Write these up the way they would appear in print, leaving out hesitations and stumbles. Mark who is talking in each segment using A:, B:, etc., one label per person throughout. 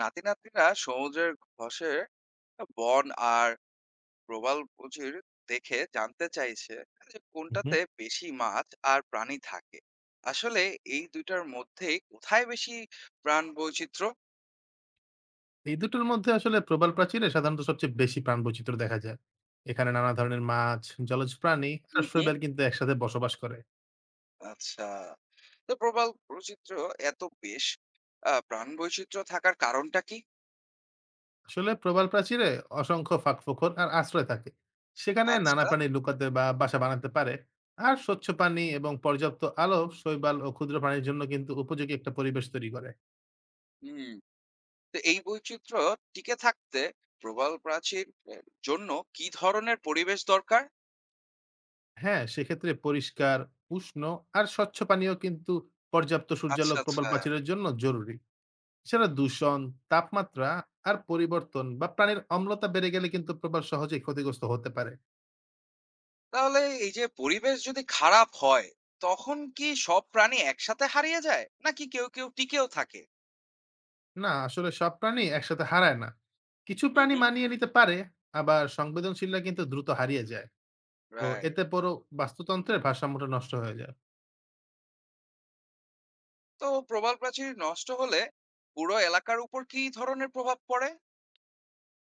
A: নাতি-নাতনিরা সমুদ্রের ঘসে বন আর প্রবাল বুঝির দেখে জানতে চাইছে যে
B: হুম, হুম।
A: কোনটাতে বেশি মাছ আর প্রাণী থাকে। আসলে এই দুইটার মধ্যে কোথায় বেশি প্রাণ বৈচিত্র্য?
B: এই দুটোর মধ্যে আসলে প্রবাল প্রাচীরে সাধারণত সবচেয়ে বেশি প্রাণবৈচিত্র্য দেখা যায়। এখানে নানা ধরনের মাছ, জলজ প্রাণী আর
A: হুম, হুম।
B: শৈবাল কিন্তু একসাথে বসবাস করে।
A: আচ্ছা। তো প্রবাল বৈচিত্র্য এত বেশ প্রাণ বৈচিত্র্য থাকার কারণটা কি?
B: আসলে প্রবাল প্রাচীরে অসংখ্য ফাঁকফোকর আর আশ্রয় থাকে। সেখানে নানা
A: আচ্ছা।
B: প্রাণী লুকাতে বা বাসা বানাতে পারে। আর স্বচ্ছ পানি এবং পর্যাপ্ত আলো শৈবাল ও ক্ষুদ্র প্রাণীর জন্য কিন্তু উপযোগী একটা পরিবেশ তৈরি করে।
A: হুম। তো এই বৈচিত্র্য টিকে থাকতে প্রবাল প্রাচীর এর জন্য কি ধরনের পরিবেশ দরকার?
B: হ্যাঁ, সেক্ষেত্রে পরিষ্কার, উষ্ণ আর স্বচ্ছ পানীয় কিন্তু পর্যাপ্ত
A: আচ্ছা,
B: সূর্যালোক প্রবাল
A: আচ্ছা।
B: প্রাচীরের জন্য জরুরি। সেটা দূষণ, তাপমাত্রা আর পরিবর্তন বা প্রাণীর অম্লতা বেড়ে গেলে কিন্তু প্রবাল সহজেই ক্ষতিগ্রস্ত হতে পারে।
A: তাহলে এই যে পরিবেশ যদি খারাপ হয় তখন কি সব প্রাণী একসাথে হারিয়ে যায় নাকি কেউ কেউ টিকেও থাকে?
B: না, আসলে সব প্রাণী একসাথে হারায় না। কিছু
A: হুম,
B: প্রাণী
A: হুম।
B: মানিয়ে নিতে পারে, আবার সংবেদনশীলরা কিন্তু দ্রুত হারিয়ে যায়। তো
A: রাইট।
B: এতে পুরো বাস্তুতন্ত্রের ভারসাম্যটা নষ্ট হয়ে যায়।
A: তো প্রবাল প্রাচীর নষ্ট হলে পুরো এলাকার উপর কি ধরনের প্রভাব পড়ে?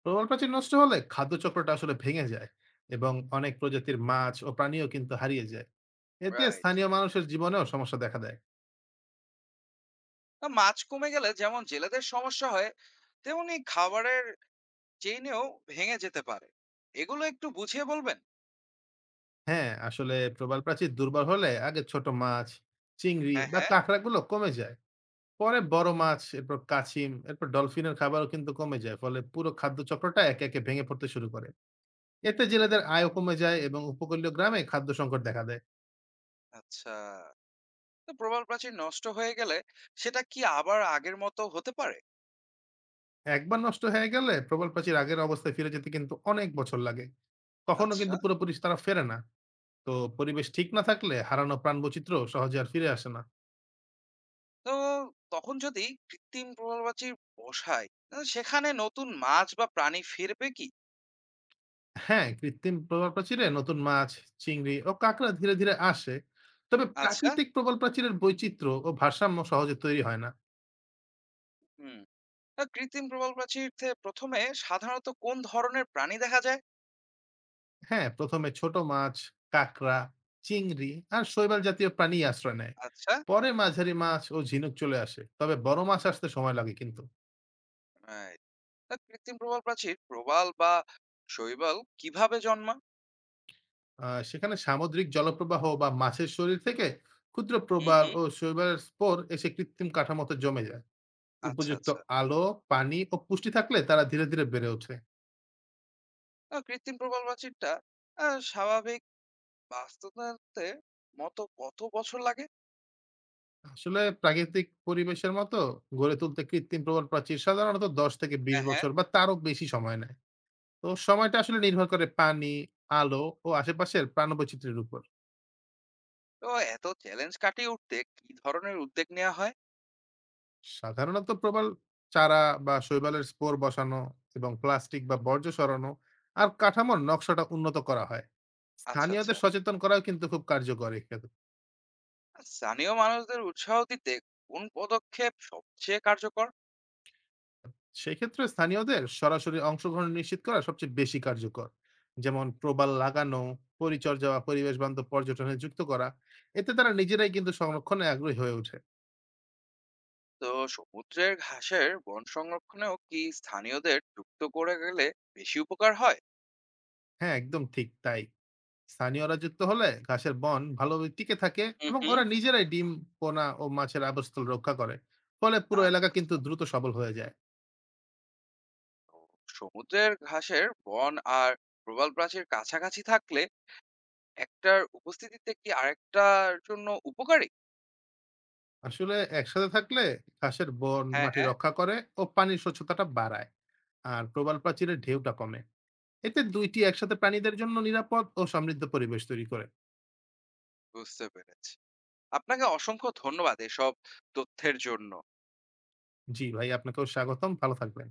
B: প্রবাল প্রাচীর নষ্ট হলে খাদ্যচক্রটা আসলে ভেঙে যায় এবং অনেক প্রজাতির মাছ ও প্রাণীও কিন্তু হারিয়ে যায়। এতে
A: রাইট।
B: স্থানীয় মানুষের জীবনেও সমস্যা দেখা দেয়।
A: মাছ কমে গেলে যেমন জেলেদের সমস্যা হয়, তেমনি খাবারের চেইনেও ভেঙে যেতে পারে, এগুলো একটু বুঝিয়ে বলবেন?
B: হ্যাঁ, আসলে প্রবাল প্রাচীর দুর্বল হলে আগে ছোট মাছ, চিংড়ি
A: হ্যাঁ,
B: বা
A: হ্যাঁ।
B: কাঁকড়াগুলো কমে যায়। পরে বড় মাছ, এরপর কাছিম, এরপর ডলফিনের খাবারও কিন্তু কমে যায়। ফলে পুরো খাদ্য চক্রটা একে, একে ভেঙে পড়তে শুরু করে। এতে জেলেদের আয়ও কমে যায় এবং উপকূলীয় গ্রামে খাদ্য সংকট দেখা দেয়।
A: আচ্ছা। তো প্রবাল প্রাচীর নষ্ট হয়ে গেলে সেটা কি আবার আগের মতো হতে পারে?
B: একবার নষ্ট হয়ে গেলে প্রবাল প্রাচীর আগের অবস্থায় ফিরে যেতে কিন্তু অনেক বছর লাগে। কখনো
A: আচ্ছা।
B: কিন্তু পুরোপুরি তারা ফেরে না। তো পরিবেশ ঠিক না থাকলে হারানো প্রাণবৈচিত্র্য সহজে আর ফিরে আসে না।
A: তো তখন যদি কৃত্রিম প্রবালপ্রাচীর বসায়, সেখানে নতুন মাছ বা প্রাণী ফিরবে কি?
B: হ্যাঁ, কৃত্রিম প্রবাল প্রাচীরে নতুন মাছ, চিংড়ি ও কাঁকড়া ধীরে, ধীরে আসে। তবে
A: আচ্ছা।
B: প্রাকৃতিক প্রবাল প্রাচীরের বৈচিত্র্য ও ভারসাম্য সহজে তৈরি হয় না।
A: হুম। কৃত্রিম প্রবালপ্রাচীর থেকে প্রথমে সাধারণত কোন ধরনের প্রাণী দেখা যায়?
B: হ্যাঁ, ১ম এ ছোট মাছ, কাঁকড়া, চিংড়ি আর শৈবাল জাতীয় প্রাণীই আশ্রয় নেয়।
A: আচ্ছা।
B: পরে মাঝারি মাছ ও ঝিনুক চলে আসে। তবে বড় মাছ আসতে সময় লাগে কিন্তু।
A: Right. কৃত্রিম প্রবালপ্রাচীর প্রবাল বা শৈবাল কিভাবে জন্মা?
B: সেখানে সামুদ্রিক জলপ্রবাহ বা মাছের শরীর থেকে ক্ষুদ্র
A: হুম,
B: প্রবাল
A: হুম।
B: ও শৈবালের স্পোর এসে কৃত্রিম কাঠামোতে জমে যায়।
A: আচ্ছা,
B: উপযুক্ত
A: আচ্ছা।
B: আলো, পানি ও পুষ্টি থাকলে তারা ধীরে, ধীরে বেড়ে ওঠে।
A: কৃত্রিম প্রবালপ্রাচীরটা স্বাভাবিক বাস্তবতাতে মতো কত বছর লাগে?
B: আসলে প্রাকৃতিক পরিবেশের মতো গড়ে তুলতে কৃত্রিম প্রবাল প্রাচীর সাধারণত ১০ থেকে ২০
A: হ্যাঁ, হ্যাঁ।
B: বছর বা তারও বেশি সময় নেয়। তো সময়টা আসলে নির্ভর করে পানি, আলো ও আশেপাশের প্রাণবৈচিত্র্যের উপর।
A: তো এত চ্যালেঞ্জ কাটিয়ে উঠতে কি ধরনের উদ্যোগ নেওয়া হয়?
B: সাধারণত প্রবাল চারা বা শৈবালের স্পোর বসানো এবং প্লাস্টিক বা বর্জ্য সরানো আর কাঠামোর নকশাটা উন্নত করা হয়।
A: আচ্ছা, আচ্ছা।
B: স্থানীয়দের সচেতন করাও কিন্তু খুব কার্যকর এক্ষেত্রে।
A: স্থানীয় মানুষদের উৎসাহ দিতে কোন পদক্ষেপ সবচেয়ে কার্যকর?
B: সেক্ষেত্রে স্থানীয়দের সরাসরি অংশগ্রহণ নিশ্চিত করা সবচেয়ে বেশি কার্যকর। যেমন প্রবাল লাগানো, পরিচর্যা বা পরিবেশ বান্ধব পর্যটনে যুক্ত করা। এতে তারা নিজেরাই কিন্তু সংরক্ষণে আগ্রহী হয়ে ওঠে।
A: তো সমুদ্রের ঘাসের বন সংরক্ষণেও কি স্থানীয়দের যুক্ত করে গেলে বেশি উপকার হয়?
B: হ্যাঁ, একদম ঠিক তাই। স্থানীয়রা যুক্ত হলে ঘাসের বন ভালোভাবে টিকে থাকে
A: হুম,
B: এবং
A: হুম।
B: ওরা নিজেরাই ডিম, পোনা ও মাছের আবাসস্থল রক্ষা করে। ফলে পুরো
A: আচ্ছা,
B: এলাকা
A: আচ্ছা।
B: কিন্তু দ্রুত সবল হয়ে যায়।
A: তো সমুদ্রের ঘাসের বন আর প্রবাল প্রাচীর কাছাকাছি থাকলে একটার উপস্থিতিতে কি আরেকটার জন্য উপকারী?
B: আসলে একসাথে থাকলে ঘাসের বন
A: হ্যাঁ,
B: মাটি
A: হ্যাঁ।
B: রক্ষা করে ও পানির স্বচ্ছতাটা বাড়ায়, আর প্রবাল প্রাচীরের ঢেউটা কমে। এতে দুইটি একসাথে প্রাণীদের জন্য নিরাপদ ও সমৃদ্ধ পরিবেশ তৈরি করে।
A: বুঝতে পেরেছি। আপনাকে অসংখ্য ধন্যবাদ এসব তথ্যের জন্য।
B: জি ভাই, আপনাকেও স্বাগতম। ভালো থাকবেন।